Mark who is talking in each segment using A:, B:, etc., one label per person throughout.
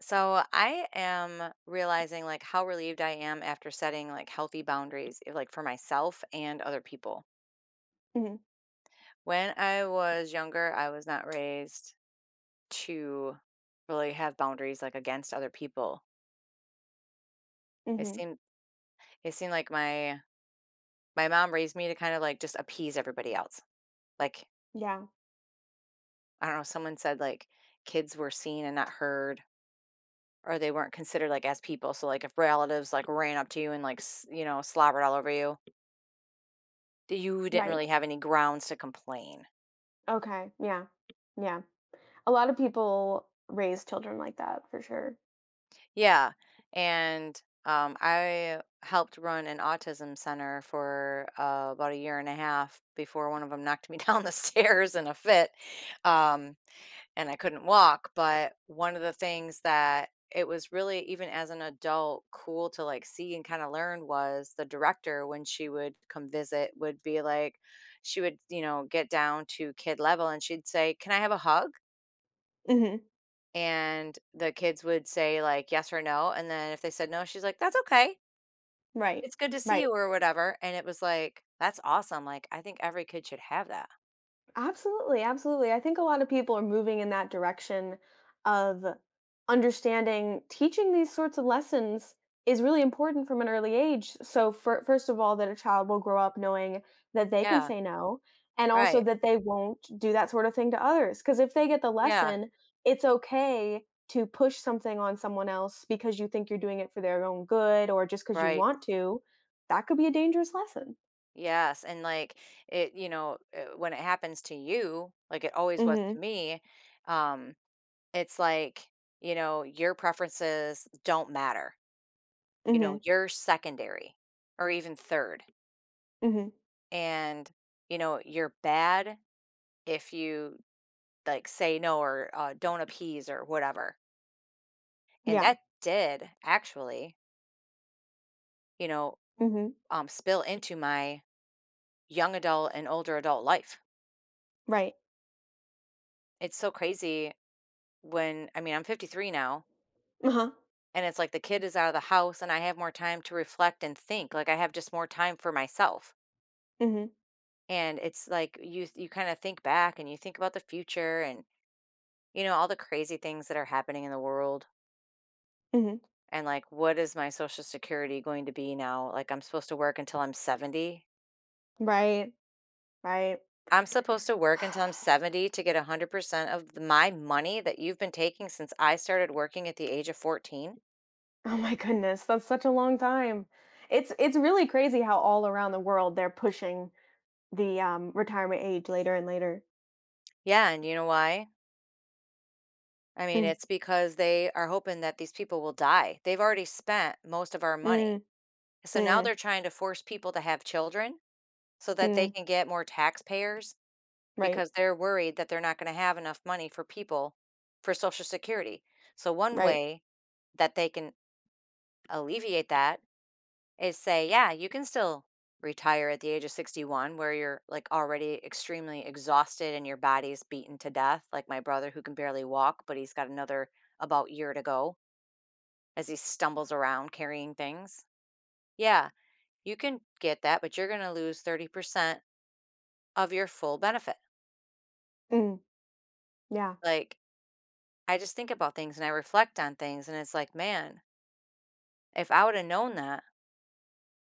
A: So I am realizing like how relieved I am after setting like healthy boundaries, like for myself and other people.
B: Mhm,
A: When I was younger, I was not raised to really have boundaries like against other people. It
B: mhm.
A: seemed it seemed like my mom raised me to kind of like just appease everybody else. Like
B: Yeah,
A: I don't know, someone said like kids were seen and not heard, or they weren't considered like as people. So like if relatives like ran up to you and like you know slobbered all over you. That you didn't
B: right.
A: really have any grounds to complain.
B: Okay, yeah. Yeah. A lot of people raise children like that for sure.
A: Yeah, and, I helped run an autism center for, about a year and a half before one of them knocked me down the stairs in a fit, um, and I couldn't walk, but one of the things that it was really, even as an adult, cool to, like, see and kinda learn was the director, when she would come visit, would be like she would, you know, get down to kid level and she'd say, "Can I have a hug?"
B: Mhm,
A: And the kids would say like yes or no, and then if they said no she's like, that's okay,
B: right,
A: it's good to see
B: right.
A: you or whatever. And it was like, that's awesome. Like I think every kid should have that.
B: Absolutely, absolutely. I think a lot of people are moving in that direction of understanding teaching these sorts of lessons is really important from an early age. So, first of all, that a child will grow up knowing that they can
A: Yeah,
B: say no, and also
A: right.
B: that they won't do that sort of thing to others. Because if they get the
A: Yeah,
B: lesson, it's okay to push something on someone else because you think you're doing it for their own good or just because you
A: right.
B: want to. That could be a dangerous lesson.
A: Yes, and like it you know when it happens to you like it always was
B: Mm
A: to
B: hmm.
A: me. um it's like you know your preferences don't matter, you know
B: Mm
A: you're secondary or even third,
B: hmm. Mm hmm.
A: and you know you're bad if you like say no or don't appease or whatever. And
B: Yeah.
A: that did actually, you know,
B: Mm hmm.
A: spill into my young adult and older adult life.
B: Right.
A: It's so crazy when, I mean, I'm 53 now,
B: Uh-huh.
A: and it's like the kid is out of the house and I have more time to reflect and think. Like I have just more time for myself.
B: Mhm.
A: And it's like you kind of think back and you think about the future and, you know, all the crazy things that are happening in the world.
B: Mhm.
A: And like, what is my social security going to be now? Like, I'm supposed to work until I'm 70.
B: Right. Right.
A: I'm supposed to work until I'm 70 to get 100% of th my money that you've been taking since I started working at the age of 14?
B: Oh my goodness, that's such a long time. It's really crazy how all around the world they're pushing the, retirement age later and later.
A: Yeah, and you know why? I mean,
B: Mm,
A: it's because they are hoping that these people will die. They've already spent most of our money.
B: mm,
A: So now
B: mm,
A: they're trying to force people to have children so that they
B: mm,
A: can get more taxpayers,
B: right,
A: because they're worried that they're not gonna have enough money for people, for Social Security. So one
B: right.
A: way that they can alleviate that is say, yeah, you can still retire at the age of 61 where you're like already extremely exhausted and your body's beaten to death. Like my brother, who can barely walk, but he's got another about year to go as he stumbles around carrying things. Yeah, you can get that, but you're going to lose 30% of your full benefit.
B: Mm, yeah,
A: Like I just think about things and I reflect on things, and it's like, man, if I would have known that,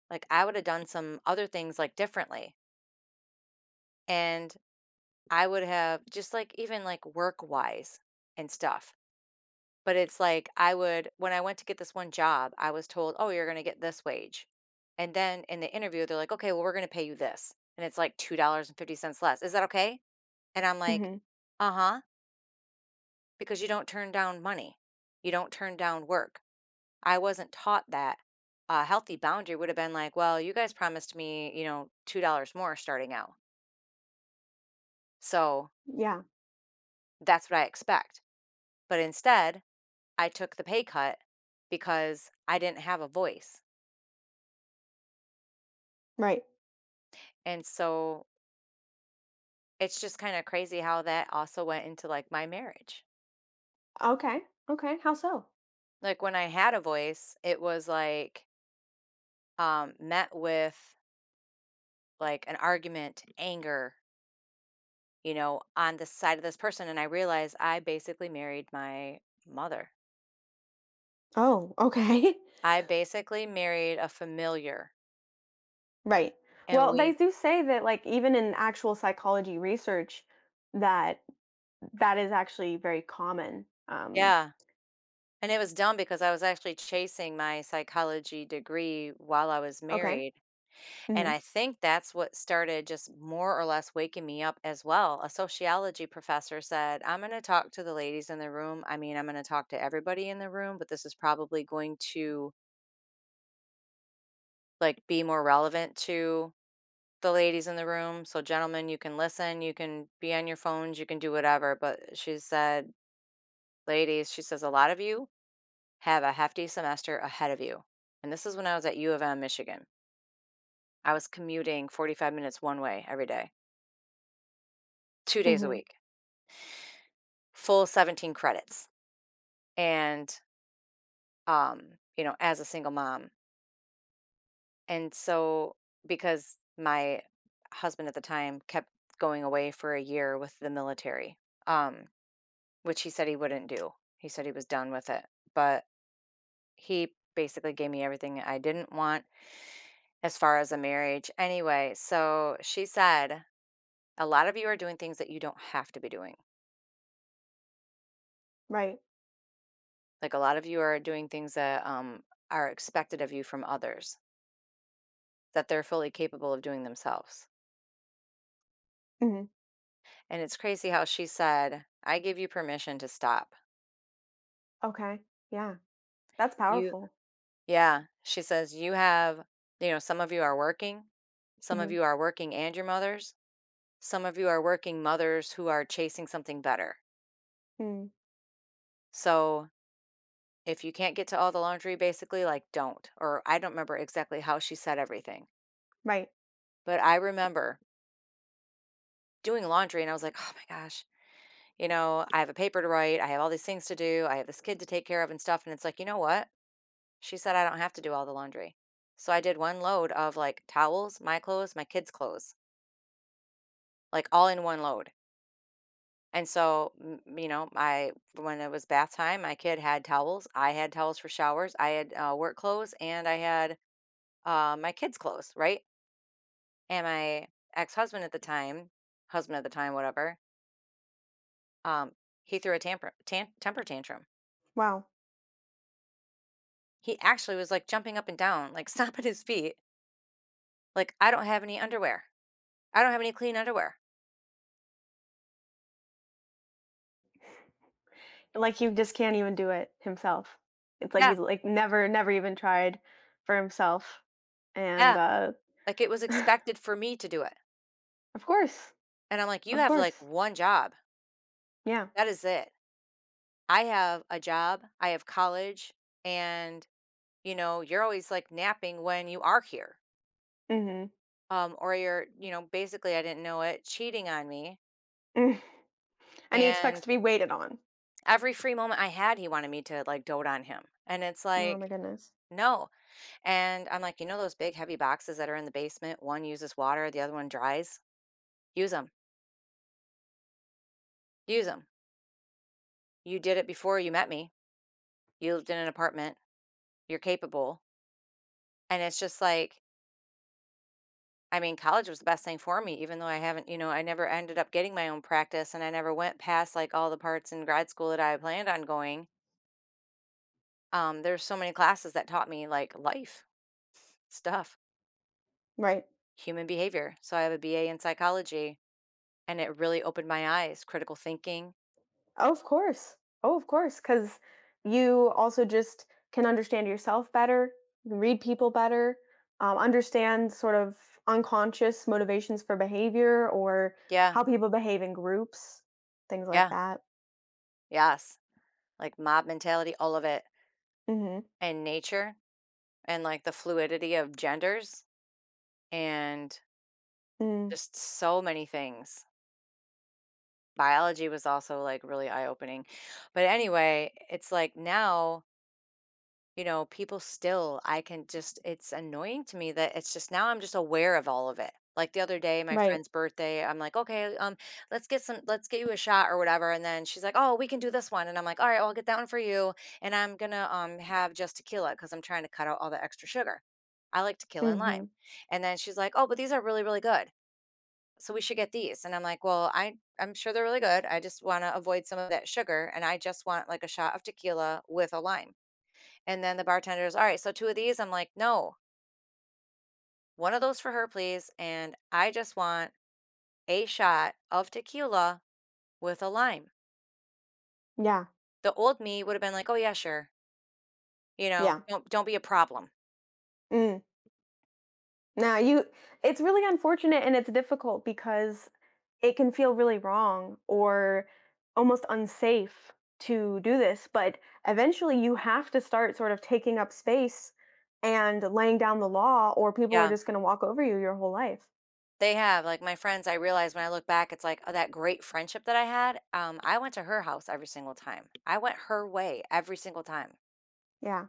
A: like I would have done some other things like differently. And I would have just like even like work wise and stuff. But it's like I would, when I went to get this one job, I was told, "Oh, you're going to get this wage." And then in the interview, they're like, "Okay, well, we're going to pay you this." And it's like $2.50 less. Is that okay? And I'm like,
B: mhm,
A: "Uh-huh," because you don't turn down money. You don't turn down work. I wasn't taught that. A healthy boundary would have been like, "Well, you guys promised me, you know, $2 more starting out." So,
B: yeah,
A: that's what I expect. But instead, I took the pay cut because I didn't have a voice.
B: right.
A: And so it's just kind of crazy how that also went into like my marriage.
B: Okay, okay, how so?
A: Like when I had a voice, it was like met with like an argument, anger, you know, on the side of this person, and I realized I basically married my mother.
B: Oh, okay.
A: I basically married a familiar,
B: Right.
A: and
B: Well, they
A: we,
B: do say that, like, even in actual psychology research that that is actually very common.
A: yeah, and it was dumb because I was actually chasing my psychology degree while I was
B: Okay.
A: married. And
B: Mhm.
A: I think that's what started just more or less waking me up as well. A sociology professor said, I'm going to talk to the ladies in the room. I mean, I'm going to talk to everybody in the room, but this is probably going to like be more relevant to the ladies in the room. So gentlemen, you can listen, you can be on your phones, you can do whatever, but she said, ladies, she says a lot of you have a hefty semester ahead of you. And this is when I was at U of M, Michigan. I was commuting 45 minutes one way every day, 2 days a
B: Mhm.
A: week. Full 17 credits, and um you know, as a single mom, and so because my husband at the time kept going away for a year with the military, um which he said he wouldn't do, he said he was done with it, but he basically gave me everything I didn't want as far as a marriage anyway. So she said, a lot of you are doing things that you don't have to be doing.
B: Right.
A: Like a lot of you are doing things that are expected of you from others, that they're fully capable of doing themselves.
B: Mhm.
A: And it's crazy how she said, "I give you permission to stop."
B: Okay. Yeah. That's
A: You
B: powerful.
A: Yeah, she says, "You have, you know, some of you are working, some of
B: Mhm.
A: you are working and your mothers, some of you are working mothers who are chasing something better.
B: Mm.
A: So, if you can't get to all the laundry, basically, like, don't." Or I don't remember exactly how she said everything,
B: Right.
A: but I remember doing laundry and I was like, "Oh my gosh, you know, I have a paper to write, I have all these things to do, I have this kid to take care of and stuff." And it's like, you know what? She said, "I don't have to do all the laundry." So I did one load of, like, towels, my clothes, my kids' clothes, like, all in one load, and so, m you know, I when it was bath time, my kid had towels, I had towels for showers, I had, work clothes, and I had, my kids' clothes, right? And my ex-husband at the time husband at the time, whatever, um, he threw a tamper tan temper tantrum.
B: Wow.
A: He actually was, like, jumping up and down, like, stomping his feet, like, "I don't have any underwear. I don't have any clean underwear."
B: Like he just can't even do it himself. It's like
A: Yeah,
B: he's like never, never even tried for himself. And
A: yeah. Like, it was expected for me to do it,
B: of course.
A: and I'm like, "You
B: Of
A: have, like,
B: course.
A: 1 job.
B: Yeah.
A: That is it. I have a job, I have college, and, you know, you're always, like, napping when you are here,
B: Mhm.
A: or you're" you know, basically, I didn't know it, cheating on me,
B: And he expects
A: and
B: to be waited on.
A: every free moment I had, he wanted me to, like, dote on him, and it's
B: Oh
A: like,
B: my goodness.
A: "No," and I'm like, "You know those big, heavy boxes that are in the basement? One uses water, the other one dries? Use them. Use them. You did it before you met me. You lived in an apartment. You're capable." And it's just like, I mean, college was the best thing for me, even though I haven't, you know, I never ended up getting my own practice and I never went past like all the parts in grad school that I planned on going. There's so many classes that taught me like life stuff,
B: Right.
A: human behavior. So I have a BA in psychology, and it really opened my eyes, critical thinking.
B: Oh, of course. Oh, of course, because you also just can understand yourself better, you can read people better, understand sort of unconscious motivations for behavior or
A: Yeah.
B: how people behave in groups, things like
A: Yeah.
B: that.
A: Yes. Like mob mentality, all of it,
B: Mhm.
A: and nature, and like the fluidity of genders, and
B: Mm.
A: just so many things. Biology was also like really eye opening. But anyway, it's like now, you know, people still, I can just, it's annoying to me that it's just now I'm just aware of all of it. Like the other day, my
B: Right.
A: friend's birthday, I'm like, okay, let's get some, let's get you a shot or whatever. And then she's like, oh, we can do this one. And I'm like, all right, well, I'll get that one for you. And I'm gonna have just tequila because I'm trying to cut out all the extra sugar. I like tequila and lime.
B: Mhm.
A: And then she's like, oh, but these are really, really good, so we should get these. And I'm like, well, I'm sure they're really good. I just want to avoid some of that sugar and I just want like a shot of tequila with a lime. And then the bartender's, all right, so two of these. I'm like, no, one of those for her, please. And I just want a shot of tequila with a lime.
B: Yeah.
A: The old me would have been like, oh yeah, sure. You know,
B: Yeah.
A: don't be a problem.
B: Mm. Now you It's really unfortunate, and it's difficult because it can feel really wrong or almost unsafe to do this, but eventually you have to start sort of taking up space and laying down the law, or people are
A: Yeah,
B: just going to walk over you your whole life.
A: they have. Like my friends, I realize when I look back, it's like, oh, that great friendship that I had. I went to her house every single time. I went her way every single time.
B: Yeah,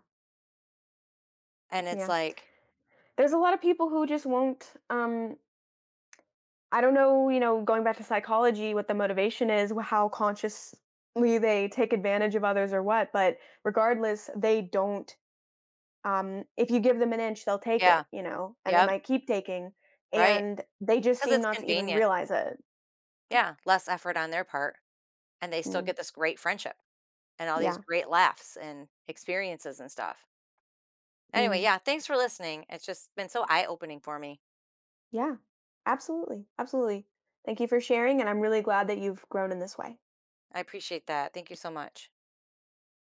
A: And it's
B: yeah.
A: like
B: There's a lot of people who just won't. I don't know, you know, going back to psychology, what the motivation is, how consciously they take advantage of others or what, but regardless, they don't, if you give them an inch, they'll take
A: yeah,
B: it, you know, and they
A: yep,
B: might keep taking,
A: right,
B: and they just
A: because
B: seem
A: it's
B: not to even
A: convenient.
B: realize it.
A: Yeah, less effort on their part, and they still
B: Mm,
A: get this great friendship and all these
B: yeah,
A: great laughs and experiences and stuff. Anyway,
B: mm,
A: yeah, thanks for listening. It's just been so eye-opening for me.
B: yeah, absolutely, absolutely. Thank you for sharing, and I'm really glad that you've grown in this way.
A: I appreciate that. Thank you so much.